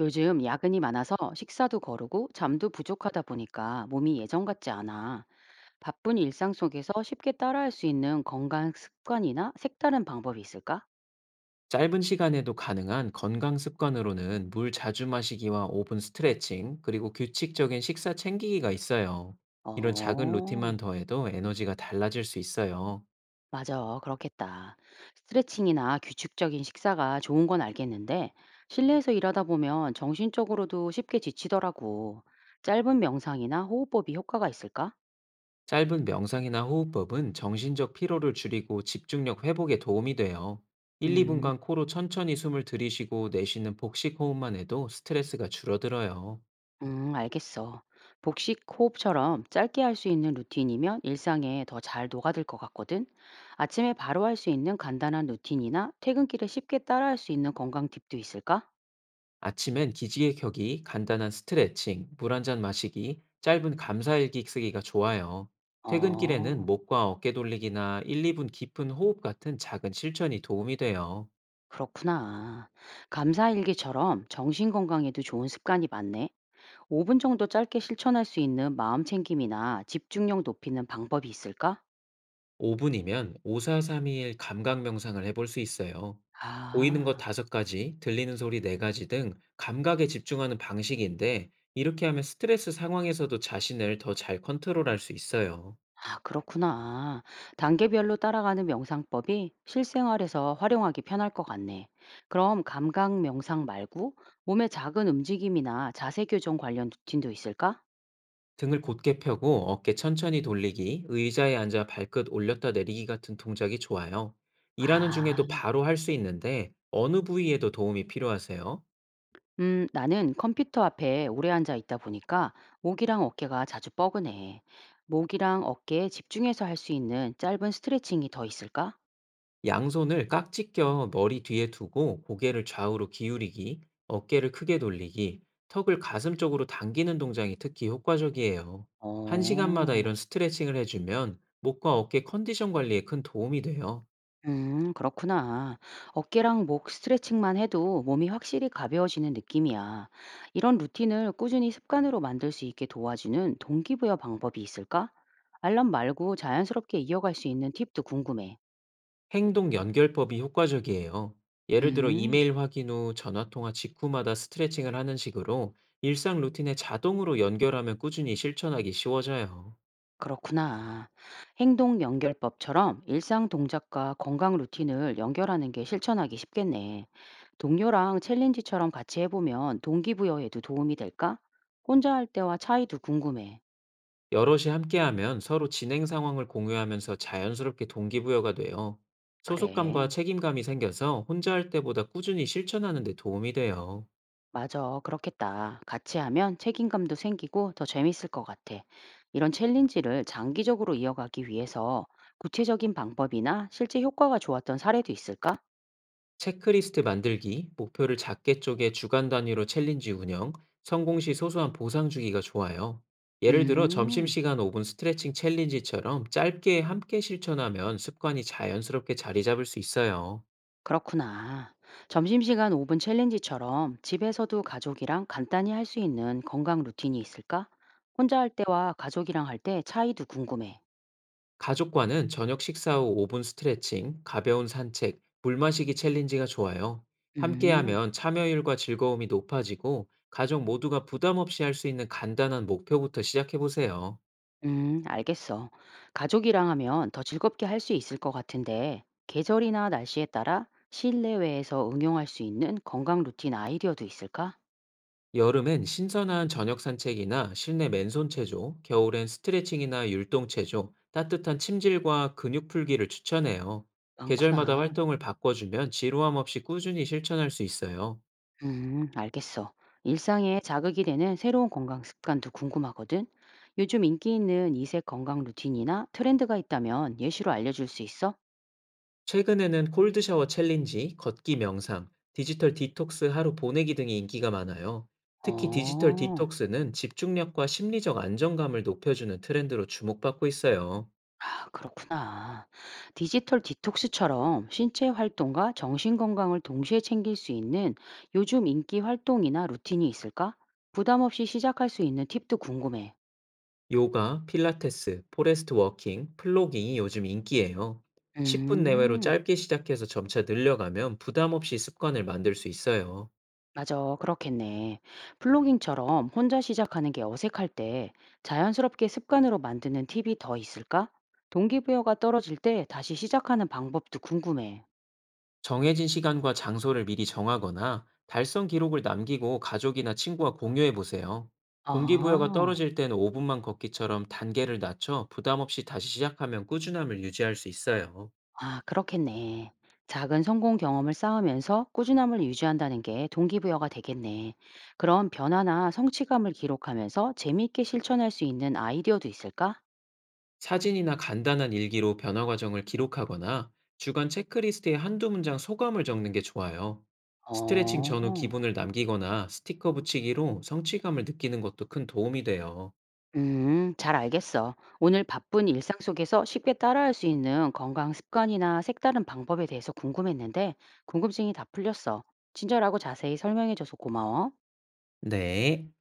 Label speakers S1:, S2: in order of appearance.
S1: 요즘 야근이 많아서 식사도 거르고 잠도 부족하다 보니까 몸이 예전 같지 않아. 바쁜 일상 속에서 쉽게 따라할 수 있는 건강 습관이나 색다른 방법이 있을까?
S2: 짧은 시간에도 가능한 건강 습관으로는 물 자주 마시기와 5분 스트레칭, 그리고 규칙적인 식사 챙기기가 있어요. 이런 작은 루틴만
S1: 어,
S2: 더해도 에너지가 달라질 수 있어요.
S1: 맞아. 그렇겠다. 스트레칭이나 규칙적인 식사가 좋은 건 알겠는데, 실내에서 일하다 보면 정신적으로도 쉽게 지치더라고. 짧은 명상이나 호흡법이 효과가 있을까?
S2: 짧은 명상이나 호흡법은 정신적 피로를 줄이고 집중력 회복에 도움이 돼요. 1,
S1: 음.
S2: 2분간 코로 천천히 숨을 들이쉬고 내쉬는 복식 호흡만 해도 스트레스가 줄어들어요.
S1: 알겠어. 복식 호흡처럼 짧게 할 수 있는 루틴이면 일상에 더 잘 녹아들 것 같거든. 아침에 바로 할 수 있는 간단한 루틴이나 퇴근길에 쉽게 따라할 수 있는 건강 팁도 있을까?
S2: 아침엔 기지개 켜기, 간단한 스트레칭, 물 한잔 마시기, 짧은 감사일기 쓰기가 좋아요. 퇴근길에는
S1: 어,
S2: 목과 어깨 돌리기나 1, 2분 깊은 호흡 같은 작은 실천이 도움이 돼요.
S1: 그렇구나. 감사일기처럼 정신 건강에도 좋은 습관이 많네. 5분 정도 짧게 실천할 수 있는 마음 챙김이나 집중력 높이는 방법이 있을까?
S2: 5분이면 5432일 감각 명상을 해볼 수 있어요. 보이는 것
S1: 아.
S2: 5가지, 들리는 소리 4가지 등 감각에 집중하는 방식인데 이렇게 하면 스트레스 상황에서도 자신을 더 잘 컨트롤할 수 있어요.
S1: 아, 그렇구나. 단계별로 따라가는 명상법이 실생활에서 활용하기 편할 것 같네. 그럼 감각 명상 말고 몸의 작은 움직임이나 자세 교정 관련 루틴도 있을까?
S2: 등을 곧게 펴고 어깨 천천히 돌리기, 의자에 앉아 발끝 올렸다 내리기 같은 동작이 좋아요. 일하는 중에도
S1: 아,
S2: 바로 할 수 있는데 어느 부위에도 도움이 필요하세요?
S1: 나는 컴퓨터 앞에 오래 앉아 있다 보니까 목이랑 어깨가 자주 뻐근해. 목이랑 어깨에 집중해서 할 수 있는 짧은 스트레칭이 더 있을까?
S2: 양손을 깍지 껴 머리 뒤에 두고 고개를 좌우로 기울이기, 어깨를 크게 돌리기, 턱을 가슴 쪽으로 당기는 동작이 특히 효과적이에요. 한 시간마다
S1: 어.
S2: 이런 스트레칭을 해주면 목과 어깨 컨디션 관리에 큰 도움이 돼요.
S1: 그렇구나. 어깨랑 목 스트레칭만 해도 몸이 확실히 가벼워지는 느낌이야. 이런 루틴을 꾸준히 습관으로 만들 수 있게 도와주는 동기부여 방법이 있을까? 알람 말고 자연스럽게 이어갈 수 있는 팁도 궁금해.
S2: 행동 연결법이 효과적이에요. 예를 들어
S1: 음,
S2: 이메일 확인 후 전화 통화 직후마다 스트레칭을 하는 식으로 일상 루틴에 자동으로 연결하면 꾸준히 실천하기 쉬워져요.
S1: 그렇구나. 행동 연결법처럼 일상 동작과 건강 루틴을 연결하는 게 실천하기 쉽겠네. 동료랑 챌린지처럼 같이 해보면 동기부여에도 도움이 될까? 혼자 할 때와 차이도 궁금해.
S2: 여럿이 함께하면 서로 진행 상황을 공유하면서 자연스럽게 동기부여가 돼요. 소속감과
S1: 그래.
S2: 책임감이 생겨서 혼자 할 때보다 꾸준히 실천하는 데 도움이 돼요.
S1: 맞아. 그렇겠다. 같이 하면 책임감도 생기고 더 재밌을 것 같아. 이런 챌린지를 장기적으로 이어가기 위해서 구체적인 방법이나 실제 효과가 좋았던 사례도 있을까?
S2: 체크리스트 만들기, 목표를 작게 쪼개 주간 단위로 챌린지 운영, 성공 시 소소한 보상 주기가 좋아요. 예를 들어
S1: 음,
S2: 점심시간 5분 스트레칭 챌린지처럼 짧게 함께 실천하면 습관이 자연스럽게 자리 잡을 수 있어요.
S1: 그렇구나. 점심시간 5분 챌린지처럼 집에서도 가족이랑 간단히 할 수 있는 건강 루틴이 있을까? 혼자 할 때와 가족이랑 할 때 차이도 궁금해.
S2: 가족과는 저녁 식사 후 5분 스트레칭, 가벼운 산책, 물 마시기 챌린지가 좋아요.
S1: 음.
S2: 함께하면 참여율과 즐거움이 높아지고 가족 모두가 부담 없이 할 수 있는 간단한 목표부터 시작해보세요.
S1: 알겠어. 가족이랑 하면 더 즐겁게 할 수 있을 것 같은데, 계절이나 날씨에 따라 실내외에서 응용할 수 있는 건강 루틴 아이디어도 있을까?
S2: 여름엔 신선한 저녁 산책이나 실내 맨손 체조, 겨울엔 스트레칭이나 율동 체조, 따뜻한 침질과 근육 풀기를 추천해요. 계절마다
S1: 많구나.
S2: 활동을 바꿔주면 지루함 없이 꾸준히 실천할 수 있어요.
S1: 알겠어. 일상에 자극이 되는 새로운 건강 습관도 궁금하거든. 요즘 인기 있는 이색 건강 루틴이나 트렌드가 있다면 예시로 알려줄 수 있어?
S2: 최근에는 콜드 샤워 챌린지, 걷기 명상, 디지털 디톡스 하루 보내기 등이 인기가 많아요. 특히 디지털
S1: 어.
S2: 디톡스는 집중력과 심리적 안정감을 높여주는 트렌드로 주목받고 있어요.
S1: 아, 그렇구나. 디지털 디톡스처럼 신체 활동과 정신 건강을 동시에 챙길 수 있는 요즘 인기 활동이나 루틴이 있을까? 부담 없이 시작할 수 있는 팁도 궁금해.
S2: 요가, 필라테스, 포레스트 워킹, 플로깅이 요즘 인기예요. 10분 내외로
S1: 음,
S2: 짧게 시작해서 점차 늘려가면 부담 없이 습관을 만들 수 있어요.
S1: 맞아. 그렇겠네. 플로깅처럼 혼자 시작하는 게 어색할 때 자연스럽게 습관으로 만드는 팁이 더 있을까? 동기부여가 떨어질 때 다시 시작하는 방법도 궁금해.
S2: 정해진 시간과 장소를 미리 정하거나 달성 기록을 남기고 가족이나 친구와 공유해 보세요. 동기부여가
S1: 아.
S2: 떨어질 땐 5분만 걷기처럼 단계를 낮춰 부담 없이 다시 시작하면 꾸준함을 유지할 수 있어요.
S1: 아, 그렇겠네. 작은 성공 경험을 쌓으면서 꾸준함을 유지한다는 게 동기부여가 되겠네. 그럼 변화나 성취감을 기록하면서 재미있게 실천할 수 있는 아이디어도 있을까?
S2: 사진이나 간단한 일기로 변화 과정을 기록하거나 주간 체크리스트에 한두 문장 소감을 적는 게 좋아요. 스트레칭 전후
S1: 어,
S2: 기분을 남기거나 스티커 붙이기로 성취감을 느끼는 것도 큰 도움이 돼요.
S1: 잘 알겠어. 오늘 바쁜 일상 속에서 쉽게 따라할 수 있는 건강 습관이나 색다른 방법에 대해서 궁금했는데, 궁금증이 다 풀렸어. 친절하고 자세히 설명해줘서 고마워.
S2: 네.